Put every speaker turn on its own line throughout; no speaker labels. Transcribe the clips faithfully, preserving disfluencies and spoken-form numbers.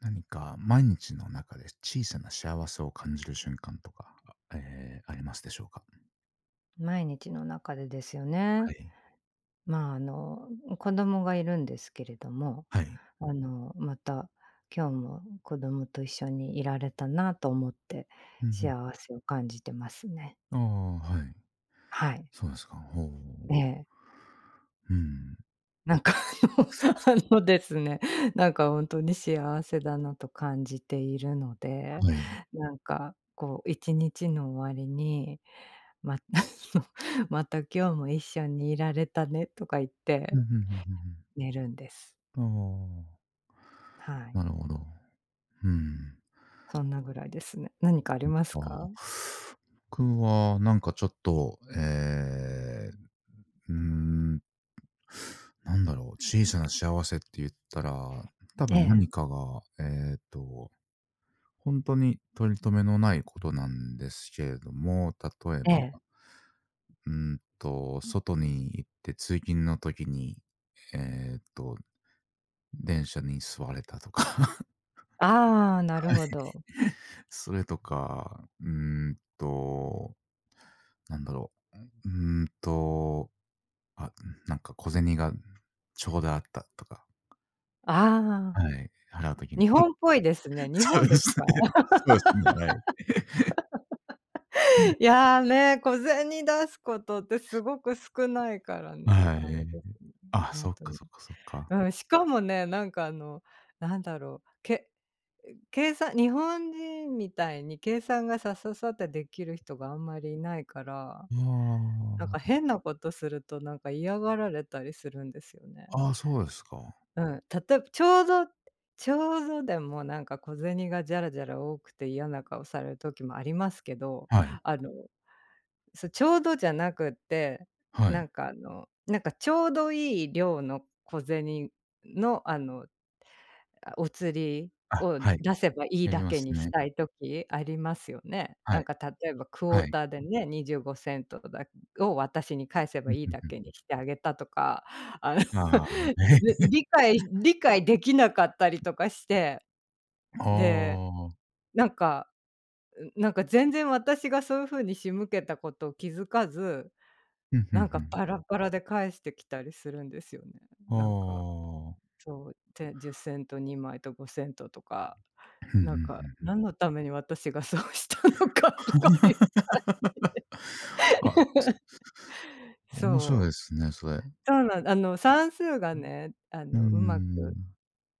何か毎日の中で小さな幸せを感じる瞬間とか、あえーありますでしょうか？
毎日の中でですよ
は
ね。
い。
まあ、あの、子供がいるんですけれども、
はい。
あの、また今日も子供と一緒にいられたなと思って
うんうん。
幸せを感じてますね。
ああ、はい。
はい。
そうですか。ほう。
ええ。
うん。
なんかあの あのですね、なんか本当に幸せだなと感じているので、
はい。
なんかこう一日の終わりに、ま また今日も一緒にいられたねとか言っ
うん、
て
うんうんうんう
寝るんです。
ん。あ
は
あ、
い、
なるほど。うん。
そんなぐらいですね。何かあります
あ
か？
あ。僕はなんかちょっと、えーうーん、なんだろう、小さな幸せって言ったら、多
え
分
え、
何かが、えっと本当に取り留めのないことなんですけれども、例え
え
ば、
え。
うーんと、外に行って通勤の時に、えっと、電車に座れたとか、
ああ、なるほど。
それとか、うーんと、なんだろう、うーんと、あ、なんか小銭がちょうどあったとか、
ああ、
はい、払う時に。
日本っぽいです ね。日
そうで
本です
す
か？
ね、そうですね、はい。
いや、ね、小銭出すことってすごく少ないから、
は
あれ
い。
です
あ、
ね、
そっ
ほ
か
に。
そっかそっか。
うん、しかもね、なんかあの、なんだろう、け計算日本人みたいに計算がさささってできる人があんまりいないから、なん
あ
か
あ。
変なことするとなんか嫌がられたりするんですよね。
ああ、そうですか。
うん、例えばちょうどちょうどでもなんか小銭がじゃらじゃら多くて嫌な顔される時もありますけど、
はい。
あの、そ、ちょうどじゃなくって、
は
なん
い。
かあの、なんかちょうどいい量の小銭のあのあ、お釣り
あ、
を
はい。
出せばいい
やり
だ
ま
け
す
にし
ね。
たい時ありますよね。
は
な
い。
んか例えばクォー
はい。
ターでね、にじゅうごセントセントだを私に返せ
う
ば
ん、
いい
ふん
だ
ふ
けに
ん。
してあげたとか、あの
ああ。ね
り理解理解できなかったりとかして、
あ
で、
あ。
なんかなんか全然私がそういう風に仕向けたことを気づかず、
うん、ふん
なん
ふ
か
ん。
バラバラで返してきたりするんですよね。
あ
なんか、
あ。
そう、てじっセントセントにまいとごセントセントとか。
ふんふ
なん
んふ
か、
ん。
何のために私がそうしたのかとかいうか
あ、面白い
そ
で
う。
すね、それ。
そうなんあの、算数がね、あ
う
の、うまく
ん。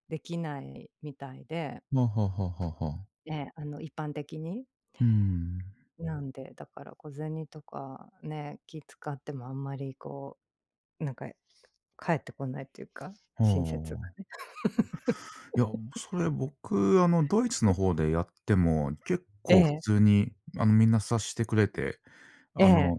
できないみたいで、
はあはあはあはあはあ。
ええ、あの、一般的に。
うん。
なんで、だから小銭とかね、気使ってもあんまりこう、なんか返ってこないというか、
は
親切
あ。
が。
いや、それ僕、あの、ドイツの方でやっても、結
え
構普
え、
通に、あの、みんな察してくれて、
え
あ
え、
の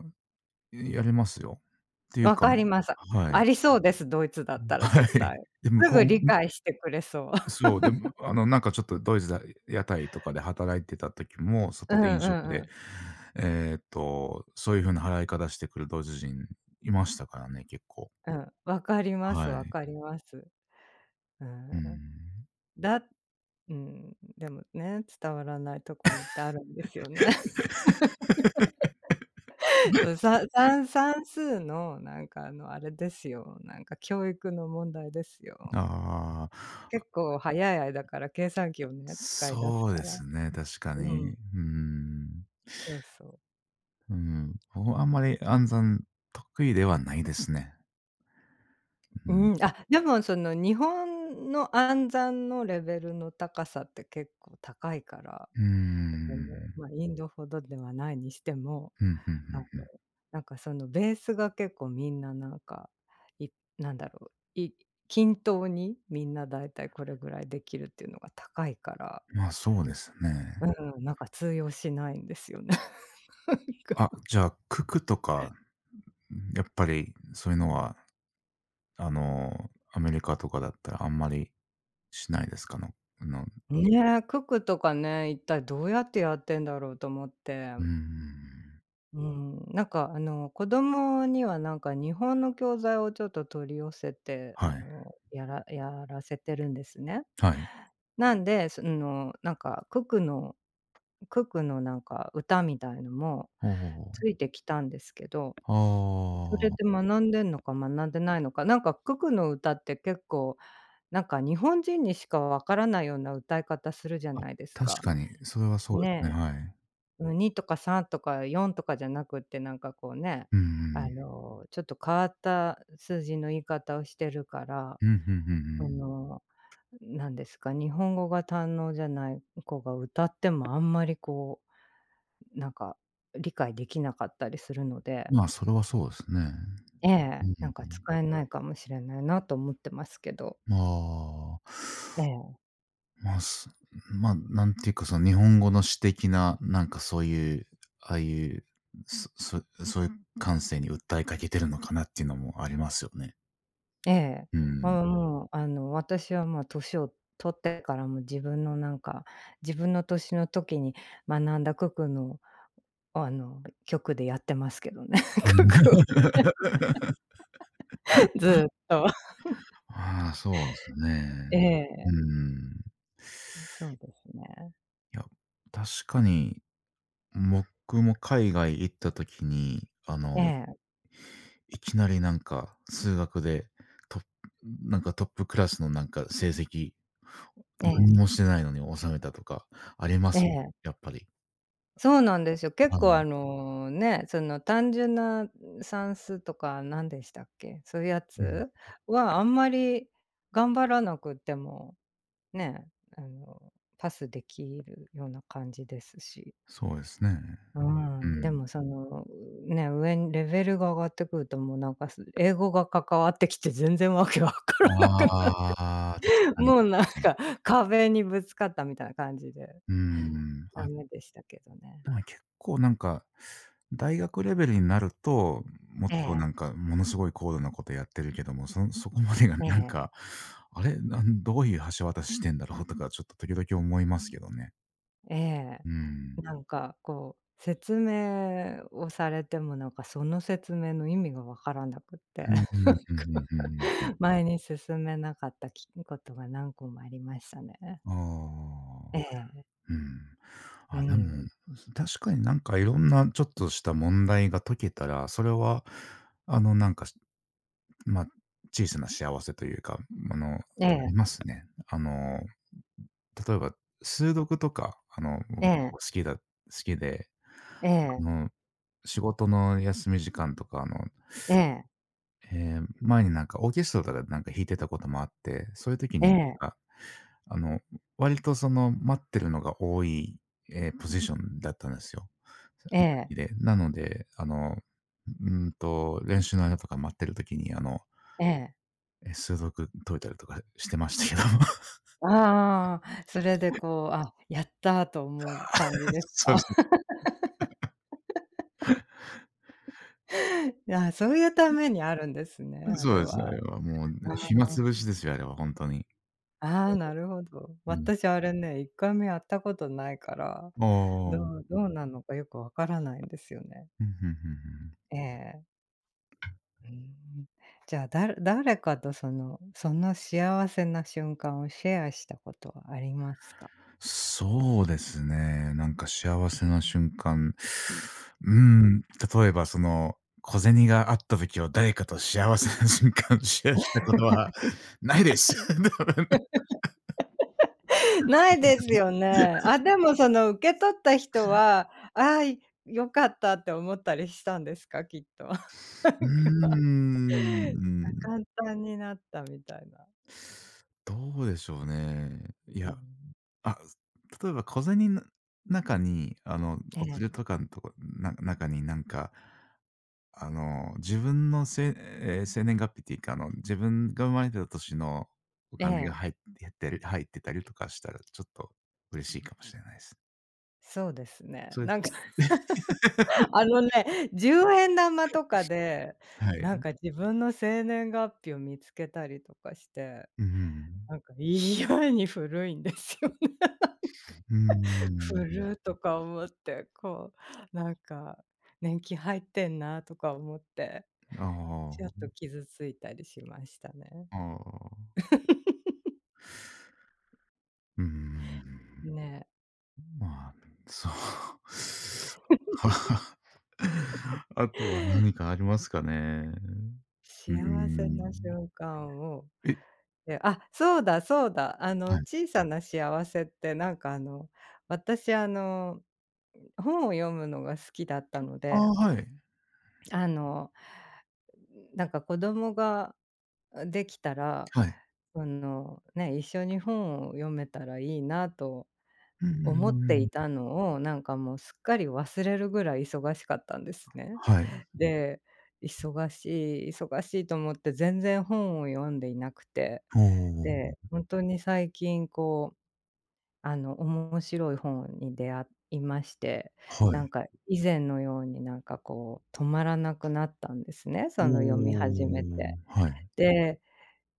やりますよ。っていう
わ
か
かります。
はい。
ありそうです、ドイツだったら
は
絶
い。
対。
で、向
す
こ
ぐ
う
理解してくれそう。
そう、でも、あの、なんかちょっとドイツだ屋台とかで働いてた時も、
う
外
んう
で飲食
んう
で、
ん。
えっと、そういう風な払い方してくるドイツ人いましたからね、結構。
うん、わかります
は
わ
い。
かります。う
う
ん、
ん。
だうん、でもね、伝わらないところってあるんですよね。そう、さ算算数のなんかあの、あれですよ、なんか教育の問題ですよ。
ああ、あ、
結構早い間から計算機をね、使い出す
そう
か
で
ら。
すね、確か
う
に。
ん、
うん。
そうそう。
うん。僕はあんまり暗算得意ではないですね。うん。
うん、あ、でもその日本の暗算のレベルの高さって結構高いから、
うー
あの、
ん。
まあ、インドほどではないにしても
ふんふん
あ
ふん。
の、なんかそのベースが結構みんななんか、いなんだろう、い均等にみんなだいたいこれぐらいできるっていうのが高いから、
ま、あそうですね。
うん、なんか通用しないんですよね。なん
あ、
か。
じゃあ、ククとか、やっぱりそういうのは、あの、アメリカとかだったらあんまりしないですか？のの
ねえ、九クとかね、一体どうやってやってんだろうと思って。
うんん
うん、なんかあの子供にはなんか日本の教材をちょっと取り寄せて、
は
あ
い。
の、やらやらせてるんですね。
はい。
なんで、そのなんか九クのククのなんか歌みたいのも
お
つ
お
いてきたんですけど、それで
あ
学んでんのか学んでないのか、なんかククの歌って結構なんか日本人にしかわからないような歌い方するじゃ
あ。あ、
ないです
確
か。
かに、それはそうですね、
ね
はい。
え、うんにとかさんとかよんとかじゃなくって、なんかこうね、
うんうん
あ
うん。
の、ちょっと変わった数字の言い方をしてるから、
うん、んうんう
あ
ん。
の、なんですか、日本語が堪能じゃない子が歌ってもあんまりこなんか、理解できなかったりするので、
まあ、それはそうですね。
え
うん
え。
う
なんか
ん
使えないかもしれないなと思ってますけど。
うん。ああ。
ええ。
まあ、すまあ、なんていうか、その日本語の詩的な、なんかそういう、ああいう、そそそういう感性に訴えかけてるのかなっていうのもありますよね。
ええ。
うん。
まあ、もう、あの、私は、ま、年を取ってからも自分のなんか、自分の年の時に学んだ九九の、あの、曲でやってますけどね、九九 をずっと。
ああ、そうですね。
え
う
え、
ん。
そうですね。
いや、確かに、僕も海外行った時に、あ
え
の、
え、
いきなりなんか数学で、トップなんかトップクラスのなんか成績、
ええ、
何もしてないのに収めたとかありま
え
す。
え。
やっぱり。
そうなんですよ。
は
結構あ
い。
の、ね、その単純な算数とか何でしたっけ、そういうや
うん、
つはあんまり頑張らなくても、ね、あの、パスできるような感じですし。
そうですね。
う
う
ん、でも
ん。
その、ね、上にレベルが上がってくるともうなんか、す英語が関わってきて全然わけわからなくなる
ああ、確 かに。
もうなんか壁にぶつかったみたいな感じで。
うん。あ、
ダメでしたけどね。
ま、結構なんか、大学レベルになると、もっ
え
とな
え、
んかものすごい高度なことやってるけども、そそこまでが
え
なん
え。
か、あれ、なんどういう橋渡ししてんだろうとか、ちょっと時々思いますけどね。
ええ。
うん。
なんかこう、説明をされてもなんかその説明の意味がわからなくって、
うんう
なん
ん、うん
か
うんうんうん。
前に進めなかったきことが何個もありましたね。
ああ。
ええ、
うん。
う
あ、で
ん。
も、確かになんかいろんなちょっとした問題が解けたら、それはあのなんか、まあ、小さな幸せというか、あの、あ
ええ、
りますね。あの、例えば数読とか、あの、僕
え
結
え、
構好きだ好きで、
え
あ
え、
の、仕事の休み時間とか、あの、
ええ、
えー前になんかオーケストラとかでなんか弾いてたこともあって、そういう時
え
になん
え、
かあの、割とその待ってるのが多い、えーポジションだったんですよ。
ええ、
で、なので、あの、うーんと、練習の間とか待ってる時に、あの、
ええ。
え、数独解いたりとかしてましたけど。も
ああ、それでこう、あ、やったと思う感じ です
そ
か？
うそ
あそういうためにあるんですね、
う。
あ
そう
れ
ですね、あ
は。
れはもう、暇つぶしですよ、あれは本当に。
ああ、なるほど。
うん。
私あれね、いっかいめやったことないから、
あ
どうど
あ。
うなのかよくわからないんですよね。
うん、ふんふんふん。
ええ。うーん。じゃあ、だる誰かとそのその幸せな瞬間をシェアしたことはありますか？
そうですね。なんか幸せな瞬間、うん、例えばその、小銭があった時を誰かと幸せな瞬間シェアしたことはないです。
ないですよね。あ、でもその受け取った人は、ああ、い良かったって思ったりしたんですか？きっと。なん
うー
か、あ、
ん、
簡単になったみたいな。
どうでしょうね。い
う
や、
ん。
あ、例えば小銭の中に、あの、
え
お釣
え、
りとかのとこな中になんかあの、自分のせえー生年月日っていうか、あの、自分が生まれてた年のお
え
金が
え。
入ってる入ってたりとかしたら、ちょっと嬉しいかもしれないです。
そうですね。
それ
なんか あ のね、じゅうえん玉とかで、
は
なん
い。
か 自分の生年月日を見つけたりとかして、
うんうん。
なんか意外に古いんですよね。古いとか思って、こう、なんか年季入ってんなとか思って、ちょっ
あ
と傷ついたりしましたね。
あ、ああ。うん。
ね、
まあ、そう。あとは何かありますかね。う
幸せな
ん。
瞬間を、
え、
で、あ、そうだそうだ、あの、
はい。
小さな幸せってなんかあの、私あの本を読むのが好きだったの
あ
で、
あ、はい。
あの、なんか子供ができたら、
はい。
その、ね、一緒に本を読めたらいいなと
うんう
思っ
んう
て
んう
い
ん。
たのを、なんかもうすっかり忘れるぐらい忙しかったんですね。
はい。
で、忙しい忙しいと思って全然本を読んでいなくて、
おお、
で、本当に最近こうあの、面白い本に出会いまして、
は
な
い。
んか以前のようになんかこう止まらなくなったんですね、
お
その読み始め
お、
て。
はい。
で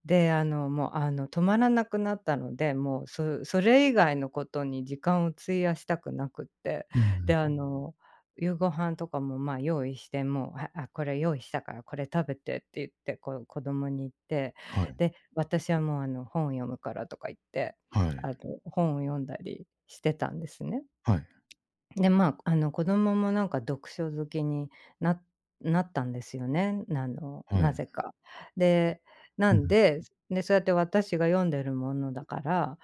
で、あの、もう、あの、止まらなくなったので、もう、そそれ以外のことに時間を費やしたくなくって、
うん、
で、あの、夕ご飯とかも、まあ、用意して、もう、ああ、これ用意したからこれ食べてって言って、こう、子供に言って、
はい、
で、私はもう、あの、本読むからとか言って、
はい、
あの、本を読んだりしてたんですね。
はい、
で、まあ、あの、子供もなんか読書好きにななったんですよね、あの、
は
な
い。
ぜか。で、な
う
ん
ん、
で、で、そうやって私が読んでるものだから、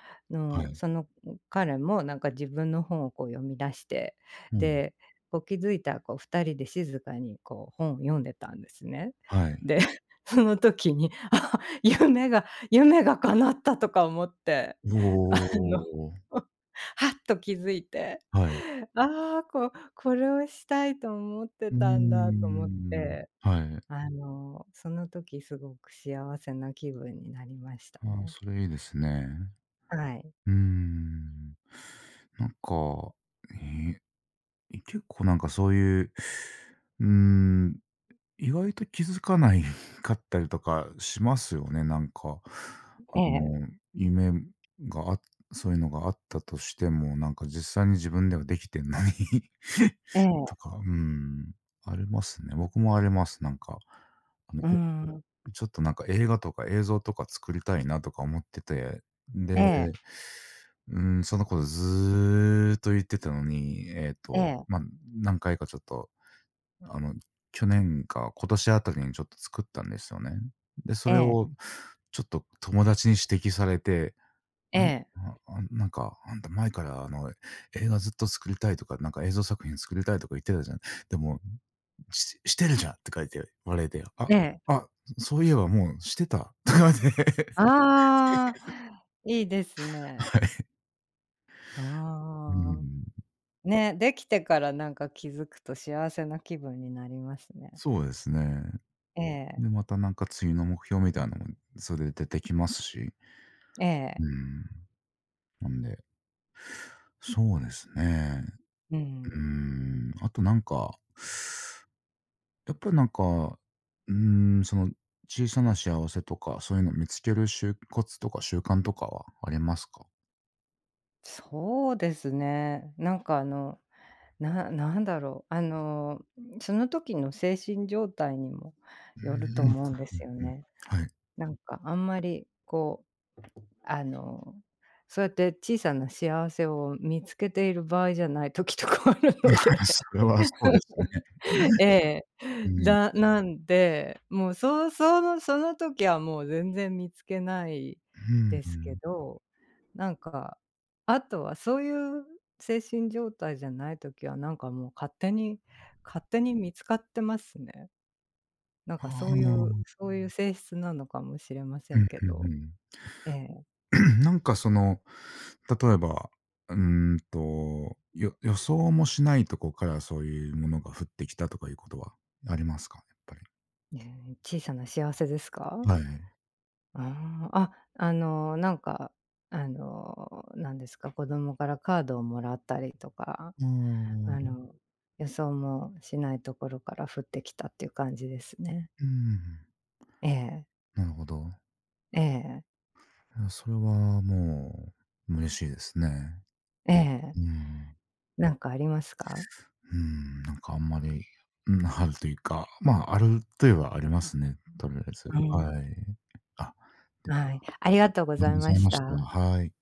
は
の、
い、
その彼もなんか自分の本をこう読み出して、
うん、
で、こう気づいたらこうふたりで静かにこう本を読んでたんですね。
はい。
で、その時に、あ、夢が夢が叶ったとか思って、あ
お
の、
お、
はっと気づいて
はい。
ああ、こう、これをしたいと思って
うー
たんだと思っ
ん、
て、
はい。
あの、その時すごく幸せな気分になりました
ああ、
ね。
それいいですね。
はい。
うーん。なんか、えー結構なんかそういう、うーん、意外と気づかない かったりとかしますよね、なんか。あ
ええ、
の、夢があそういうのがあったとしても、なんか実際に自分ではできてんのに
え
と
え、
か、うん、ありますね。僕もあります、なんか。あの、
うー
え、
ん。
ちょっとなんか映画とか映像とか作りたいなとか思ってて、で、
ええ、
うん、そのことずーっと言ってたのに、えっ
え
と、
え、
まあ、何回かちょっとあの、去年か今年あたりにちょっと作ったんですよね。で、そ
え
れ
え、
をちょっと友達に指摘されて、あ
え
れ、
え、
ああ、なんか、あんた前からあの、映画ずっと作りたいとか、なんか映像作品作りたいとか言ってたじゃん。でも、ししてるじゃんって書いて言われて、あ、
ええ。
あ、そういえばもうしてたとかで、
ああ、いいですね。
はい。う
ああ。
ん、
ね、できてからなんか気づくと幸せな気分になりますね。
そうですね。
ええ、
で、またなんか次の目標みたいなのも、それで出てきますし、
え
う
え、
ん、なんで、そうですね。
う
うー
ん。
ん、あとなんか、やっぱりなんか、うーん、その小さな幸せとか、そういうのを見つけるしコツとか習慣とかはありますか？
そうですね。なんかあのななんだろう、あの、その時の精神状態にも
うん
よる
う
と
ん、
思うんで
うん
すよ
うんうん。
ね。
はい。
なんかあんまりこう、あの、そうやって小さな幸せを見つけている場合じゃない時とかあるので。
それはそうですね。
ええ。
うん。
だなんで、もう、そうそのその時はもう全然見つけない
うん
で
う
すけ
ん。
ど、なんか、あとはそういう精神状態じゃない時はなんかもう勝手に勝手に見つかってますね。なんか
あ
そういう
あ。
そういう性質なのかもしれませ
う
ん
ん
け
う
ど。
んうん。
ええ。
なんかその、例えば、うーんと、よ予想もしないとこからそういうものが降ってきたとかいうことはありますか？やっぱり。
ね、小さな幸せですか？
はい。
ああ、あ、あのー、なんか、あのー、なんですか、子供からカードをもらったりとか、
あ
あのう
あ。
ん。の、予想もしないところから降ってきたっていう感じですね。
うん、
ええ、
なるほど。
ええ、
いや、それはもう嬉しいですね。
ええ。
うん、
なんかありますか？
うん、なんかあんまり、うん、あるというか、まあ、あるといえばありますね、とりあえず。
うん。
はい。あ、
はい、ありがとうご
ありがと
ざ
う
い
ござ
ま
い
し
ました。
た。
はい。